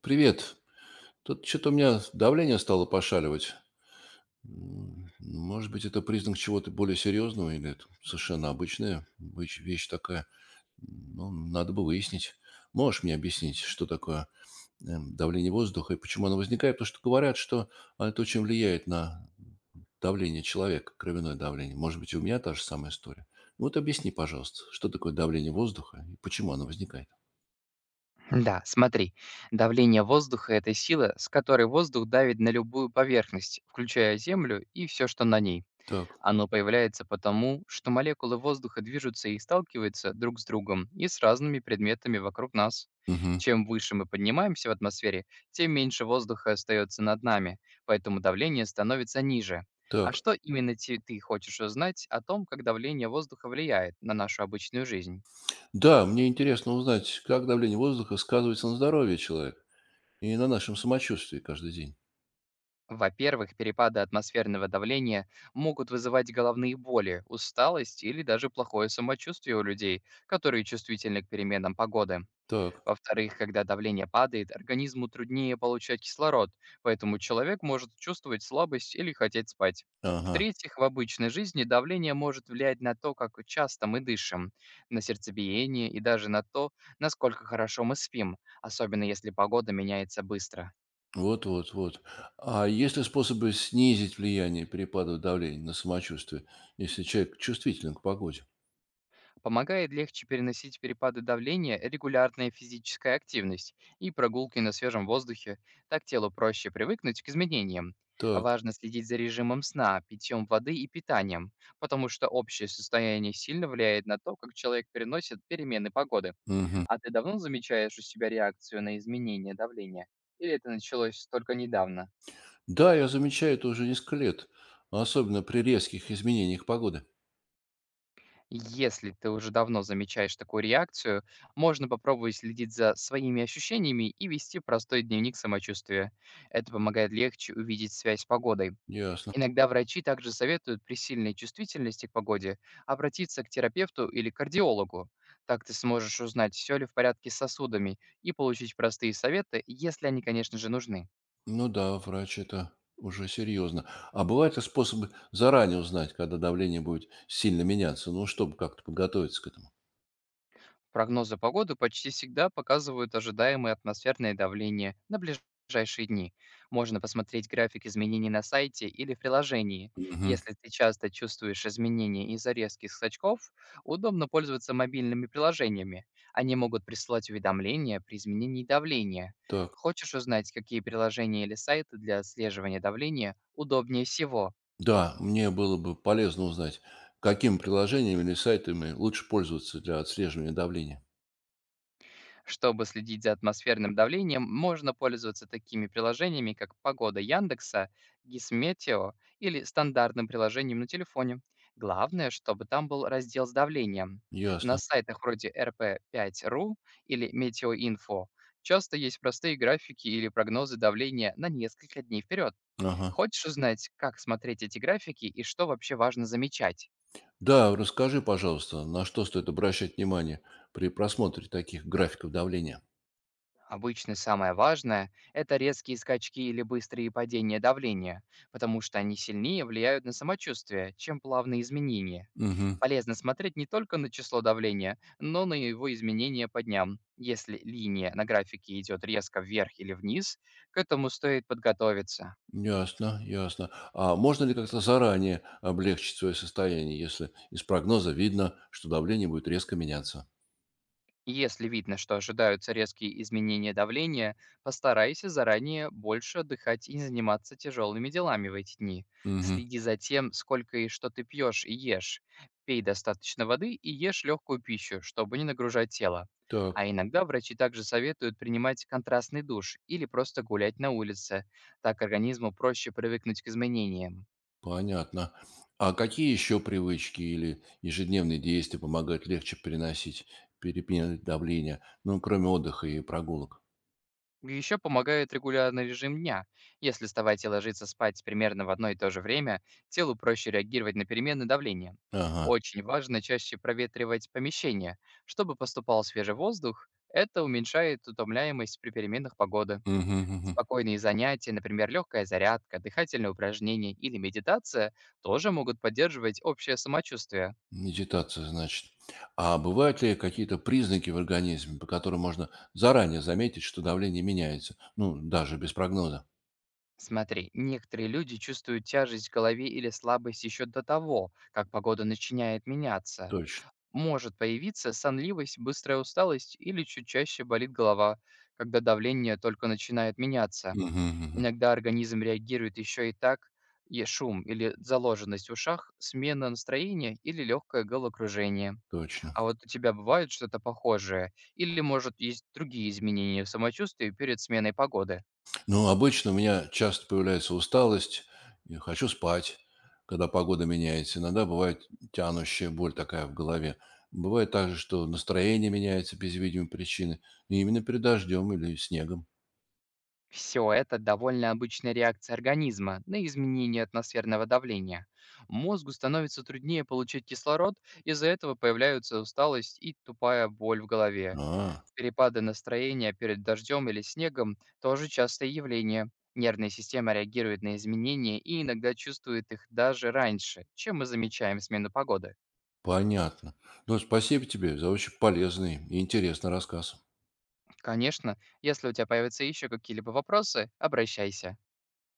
Привет. Тут что-то у меня давление стало пошаливать. Ну, может быть, это признак чего-то более серьезного, или это совершенно обычная вещь такая. Ну, надо бы выяснить. Можешь мне объяснить, что такое давление воздуха и почему оно возникает? Потому что говорят, что это очень влияет на давление человека, кровяное давление. Может быть, и у меня та же самая история. Ну, вот объясни, пожалуйста, что такое давление воздуха и почему оно возникает. Да, смотри, давление воздуха – это сила, с которой воздух давит на любую поверхность, включая Землю и все, что на ней. Так, Оно появляется потому, что молекулы воздуха движутся и сталкиваются друг с другом и с разными предметами вокруг нас. угу, Чем выше мы поднимаемся в атмосфере, тем меньше воздуха остается над нами, поэтому давление становится ниже. А так. что именно ты хочешь узнать о том, как давление воздуха влияет на нашу обычную жизнь? Да, мне интересно узнать, как давление воздуха сказывается на здоровье человека и на нашем самочувствии каждый день. Во-первых, перепады атмосферного давления могут вызывать головные боли, усталость или даже плохое самочувствие у людей, которые чувствительны к переменам погоды. Так, Во-вторых, когда давление падает, организму труднее получать кислород, поэтому человек может чувствовать слабость или хотеть спать. ага, В-третьих, в обычной жизни давление может влиять на то, как часто мы дышим, на сердцебиение и даже на то, насколько хорошо мы спим, особенно если погода меняется быстро. вот, вот, вот. А есть ли способы снизить влияние перепадов давления на самочувствие, если человек чувствителен к погоде? Помогает легче переносить перепады давления регулярная физическая активность и прогулки на свежем воздухе. Так телу проще привыкнуть к изменениям. Так, Важно следить за режимом сна, питьем воды и питанием, потому что общее состояние сильно влияет на то, как человек переносит перемены погоды. мгм. А ты давно замечаешь у себя реакцию на изменение давления? Или это началось только недавно? Да, я замечаю это уже несколько лет, особенно при резких изменениях погоды. Если ты уже давно замечаешь такую реакцию, можно попробовать следить за своими ощущениями и вести простой дневник самочувствия. Это помогает легче увидеть связь с погодой. Ясно. Иногда врачи также советуют при сильной чувствительности к погоде обратиться к терапевту или кардиологу. Так ты сможешь узнать, все ли в порядке с сосудами и получить простые советы, если они, конечно же, нужны. Ну да, врач это уже серьезно. А бывают ли способы заранее узнать, когда давление будет сильно меняться, ну, чтобы как-то подготовиться к этому? Прогнозы погоды почти всегда показывают ожидаемое атмосферное давление на ближайшие дни. Можно посмотреть график изменений на сайте или в приложении. Мгм. Если ты часто чувствуешь изменения из-за резких скачков, удобно пользоваться мобильными приложениями. Они могут присылать уведомления при изменении давления. Так. Хочешь узнать, какие приложения или сайты для отслеживания давления удобнее всего? Да, мне было бы полезно узнать, каким приложениями или сайтами лучше пользоваться для отслеживания давления. Чтобы следить за атмосферным давлением, можно пользоваться такими приложениями, как «Погода Яндекса», «Гисметео» или стандартным приложением на телефоне. Главное, чтобы там был раздел с давлением. На Ясно. сайтах вроде rp5.ru или «Метеоинфо» часто есть простые графики или прогнозы давления на несколько дней вперед. Ага. Хочешь узнать, как смотреть эти графики и что вообще важно замечать? Да, расскажи, пожалуйста, на что стоит обращать внимание при просмотре таких графиков давления? Обычно самое важное – это резкие скачки или быстрые падения давления, потому что они сильнее влияют на самочувствие, чем плавные изменения. Угу. Полезно смотреть не только на число давления, но на его изменения по дням. Если линия на графике идет резко вверх или вниз, к этому стоит подготовиться. Ясно, ясно. А можно ли как-то заранее облегчить свое состояние, если из прогноза видно, что давление будет резко меняться? Если видно, что ожидаются резкие изменения давления, постарайся заранее больше отдыхать и не заниматься тяжелыми делами в эти дни. Угу. Следи за тем, сколько и что ты пьешь и ешь. Пей достаточно воды и ешь легкую пищу, чтобы не нагружать тело. Так. А иногда врачи также советуют принимать контрастный душ или просто гулять на улице. Так организму проще привыкнуть к изменениям. Понятно. А какие еще привычки или ежедневные действия помогают легче переносить перепады давления, ну, кроме отдыха и прогулок? Еще помогает регулярный режим дня. Если вставать и ложиться спать примерно в одно и то же время, телу проще реагировать на перемены давления. Ага. Очень важно чаще проветривать помещение, чтобы поступал свежий воздух. Это уменьшает утомляемость при переменах погоды. Мгм, мгм. Спокойные занятия, например, легкая зарядка, дыхательные упражнения или медитация, тоже могут поддерживать общее самочувствие. Медитация, значит. А бывают ли какие-то признаки в организме, по которым можно заранее заметить, что давление меняется? Ну, даже без прогноза. Смотри, некоторые люди чувствуют тяжесть в голове или слабость еще до того, как погода начинает меняться. Точно. Может появиться сонливость, быстрая усталость или чуть чаще болит голова, когда давление только начинает меняться. Мгм, мгм. Иногда организм реагирует еще и так, и шум или заложенность в ушах, смена настроения или легкое головокружение. Точно. А вот у тебя бывает что-то похожее? Или, может, есть другие изменения в самочувствии перед сменой погоды? Ну, обычно у меня часто появляется усталость, и хочу спать, когда погода меняется. Иногда бывает тянущая боль такая в голове. Бывает также, что настроение меняется без видимой причины. И именно перед дождем или снегом. Все это довольно обычная реакция организма на изменение атмосферного давления. Мозгу становится труднее получить кислород, из-за этого появляются усталость и тупая боль в голове. А, Перепады настроения перед дождем или снегом – тоже частое явление. Нервная система реагирует на изменения и иногда чувствует их даже раньше, чем мы замечаем смену погоды. понятно. Ну, спасибо тебе за очень полезный и интересный рассказ. Конечно, если у тебя появятся еще какие-либо вопросы, обращайся.